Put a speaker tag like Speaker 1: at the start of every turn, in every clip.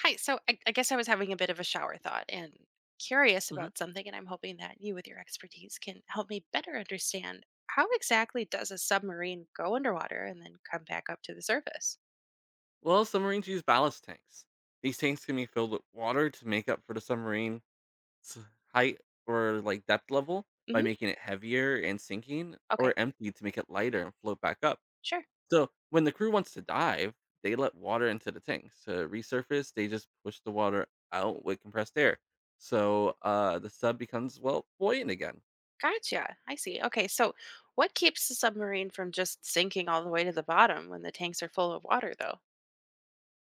Speaker 1: Hi. So I guess I was having a bit of a shower thought and curious
Speaker 2: Mhm.
Speaker 1: about something, and I'm hoping that you, with your expertise, can help me better understand how exactly does a submarine go underwater and then come back up to the surface?
Speaker 2: Well, submarines use ballast tanks. These tanks can be filled with water to make up for the submarine's height or like depth level by
Speaker 1: Hmm.
Speaker 2: making it heavier and sinking, or
Speaker 1: Okay.
Speaker 2: emptied to make it lighter and float back up.
Speaker 1: Sure.
Speaker 2: So when the crew wants to dive, they let water into the tanks to resurface. They just push the water out with compressed air, so the sub becomes well buoyant again.
Speaker 1: Gotcha. I see. Okay. So, what keeps the submarine from just sinking all the way to the bottom when the tanks are full of water, though?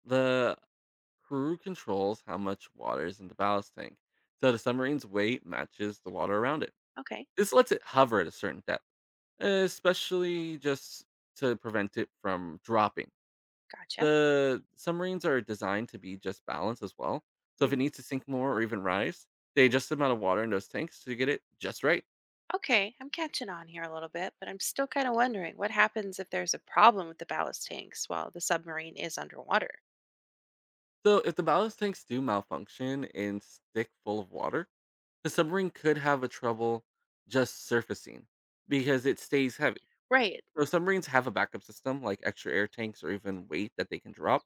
Speaker 2: The crew controls how much water is in the ballast tank, so the submarine's weight matches the water around it.
Speaker 1: Okay.
Speaker 2: This lets it hover at a certain depth, especially just to prevent it from dropping.
Speaker 1: Gotcha.
Speaker 2: The submarines are designed to be just balanced as well. So if
Speaker 1: Mm.
Speaker 2: it needs to sink more or even rise, they adjust the amount of water in those tanks to get it just right.
Speaker 1: Okay, I'm catching on here a little bit, but I'm still kind of wondering what happens if there's a problem with the ballast tanks while the submarine is underwater?
Speaker 2: So if the ballast tanks do malfunction and stick full of water, the submarine could have a trouble just surfacing because it stays heavy.
Speaker 1: Right.
Speaker 2: So submarines have a backup system, like extra air tanks or even weight that they can drop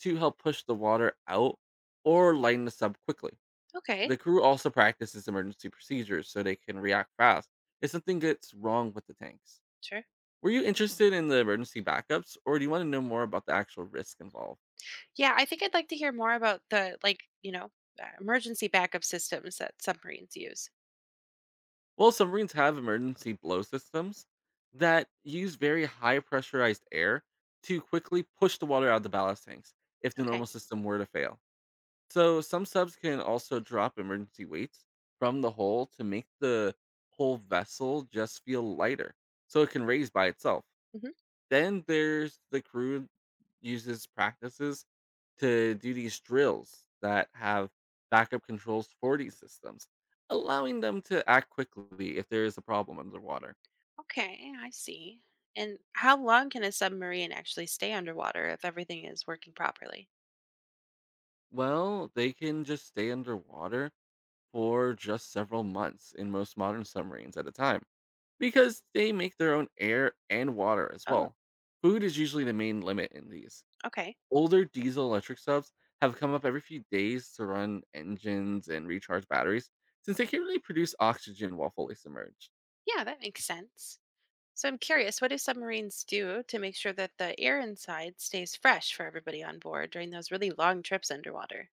Speaker 2: to help push the water out or lighten the sub quickly.
Speaker 1: Okay.
Speaker 2: The crew also practices emergency procedures so they can react fast if something gets wrong with the tanks.
Speaker 1: Sure.
Speaker 2: Were you interested in the emergency backups, or do you want to know more about the actual risk involved?
Speaker 1: Yeah, I think I'd like to hear more about the emergency backup systems that submarines use.
Speaker 2: Well, submarines have emergency blow systems that use very high pressurized air to quickly push the water out of the ballast tanks if the
Speaker 1: Okay.
Speaker 2: normal system were to fail. So some subs can also drop emergency weights from the hull to make the whole vessel just feel lighter, so it can raise by itself.
Speaker 1: Hmm.
Speaker 2: Then there's the crew uses practices to do these drills that have backup controls for these systems, allowing them to act quickly if there is a problem underwater.
Speaker 1: Okay, I see. And how long can a submarine actually stay underwater if everything is working properly?
Speaker 2: Well, they can just stay underwater for just several months in most modern submarines at a time because they make their own air and water as
Speaker 1: Oh,
Speaker 2: well. Food is usually the main limit in these.
Speaker 1: okay.
Speaker 2: Older diesel electric subs have come up every few days to run engines and recharge batteries since they can't really produce oxygen while fully submerged.
Speaker 1: Yeah, that makes sense. So I'm curious, what do submarines do to make sure that the air inside stays fresh for everybody on board during those really long trips underwater?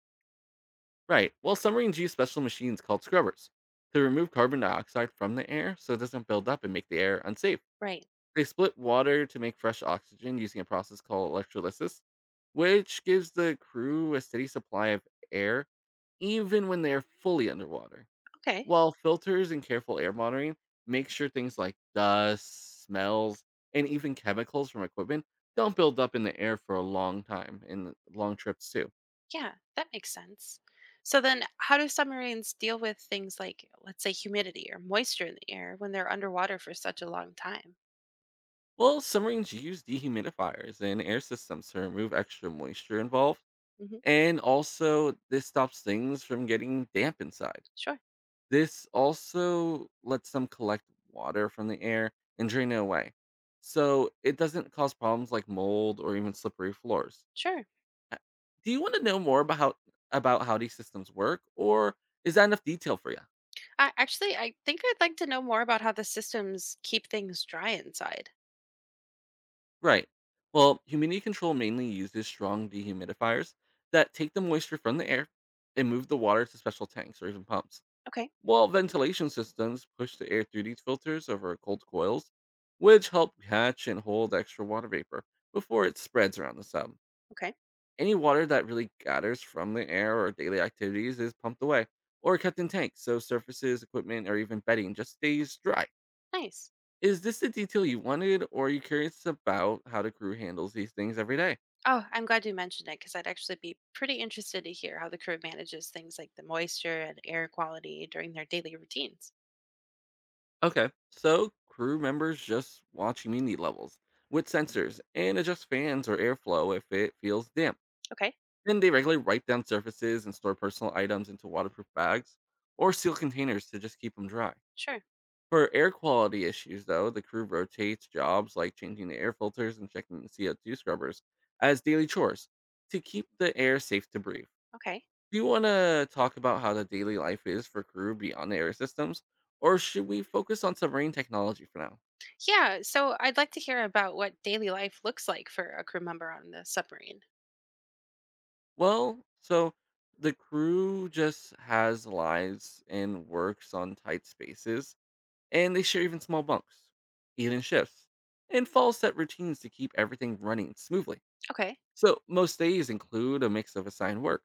Speaker 2: Right, well, submarines use special machines called scrubbers to remove carbon dioxide from the air so it doesn't build up and make the air unsafe.
Speaker 1: Right.
Speaker 2: They split water to make fresh oxygen using a process called electrolysis, which gives the crew a steady supply of air even when they are fully underwater.
Speaker 1: Okay.
Speaker 2: While filters and careful air monitoring make sure things like dust, smells, and even chemicals from equipment don't build up in the air for a long time in long trips too.
Speaker 1: Yeah, that makes sense. So then, how do submarines deal with things like, let's say, humidity or moisture in the air when they're underwater for such a long time?
Speaker 2: Well, submarines use dehumidifiers and air systems to remove extra moisture involved,
Speaker 1: Hmm.
Speaker 2: and also this stops things from getting damp inside.
Speaker 1: Sure,
Speaker 2: This also lets them collect water from the air and drain it away, so it doesn't cause problems like mold or even slippery floors.
Speaker 1: sure.
Speaker 2: Uh, Do you want to know more about about how these systems work, or is that enough detail for you?
Speaker 1: Actually, I think I'd like to know more about how the systems keep things dry inside.
Speaker 2: Right. Well, humidity control mainly uses strong dehumidifiers that take the moisture from the air and move the water to special tanks or even pumps.
Speaker 1: Okay,
Speaker 2: While ventilation systems push the air through these filters over cold coils, which help catch and hold extra water vapor before it spreads around the sub.
Speaker 1: okay,
Speaker 2: Any water that really gathers from the air or daily activities is pumped away or kept in tanks so surfaces, equipment, or even bedding just stays dry.
Speaker 1: nice.
Speaker 2: Is this the detail you wanted, or are you curious about how the crew handles these things every day?
Speaker 1: Oh, I'm glad you mentioned it because I'd actually be pretty interested to hear how the crew manages things like the moisture and air quality during their daily routines.
Speaker 2: Okay, so crew members just watch humidity levels with sensors and adjust fans or airflow if it feels damp.
Speaker 1: Okay,
Speaker 2: Then they regularly wipe down surfaces and store personal items into waterproof bags or seal containers to just keep them dry.
Speaker 1: sure,
Speaker 2: For air quality issues, though, the crew rotates jobs like changing the air filters and checking the CO2 scrubbers as daily chores to keep the air safe to breathe.
Speaker 1: okay.
Speaker 2: Do you want to talk about how the daily life is for crew beyond the air systems, or should we focus on submarine technology for now?
Speaker 1: Yeah, so I'd like to hear about what daily life looks like for a crew member on the submarine.
Speaker 2: Well, so the crew just has lives and works on tight spaces and they share even small bunks, even shifts, and follow set routines to keep everything running smoothly.
Speaker 1: Okay.
Speaker 2: So most days include a mix of assigned work,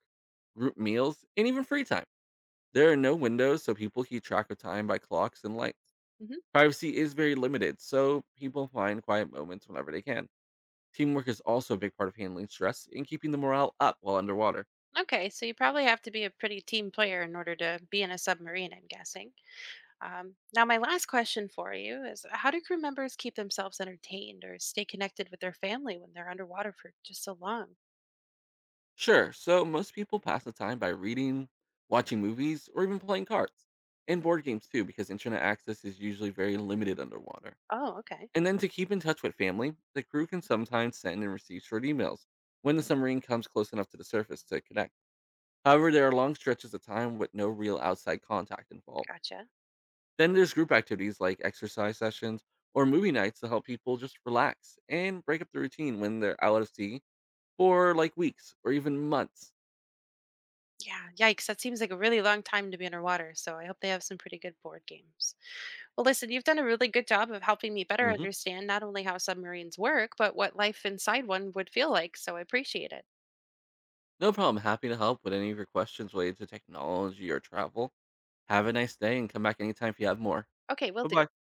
Speaker 2: group meals, and even free time. There are no windows, so people keep track of time by clocks and lights.
Speaker 1: Hmm.
Speaker 2: Privacy is very limited, so people find quiet moments whenever they can. Teamwork is also a big part of handling stress and keeping the morale up while underwater.
Speaker 1: Okay, so you probably have to be a pretty team player in order to be in a submarine, I'm guessing. Now, my last question for you is how do crew members keep themselves entertained or stay connected with their family when they're underwater for just so long?
Speaker 2: Sure. So most people pass the time by reading, watching movies, or even playing cards and board games too, because internet access is usually very limited underwater.
Speaker 1: Oh, okay.
Speaker 2: And then to keep in touch with family, the crew can sometimes send and receive short emails when the submarine comes close enough to the surface to connect. However, there are long stretches of time with no real outside contact involved.
Speaker 1: Gotcha.
Speaker 2: Then there's group activities like exercise sessions or movie nights to help people just relax and break up the routine when they're out at sea for like weeks or even months.
Speaker 1: Yeah, yikes. That seems like a really long time to be underwater, so I hope they have some pretty good board games. Well, listen, you've done a really good job of helping me better
Speaker 2: Hmm.
Speaker 1: understand not only how submarines work, but what life inside one would feel like. So I appreciate it.
Speaker 2: No problem. Happy to help with any of your questions related to technology or travel. Have a nice day and come back anytime if you have more.
Speaker 1: Okay, will
Speaker 2: Bye
Speaker 1: do.
Speaker 2: bye.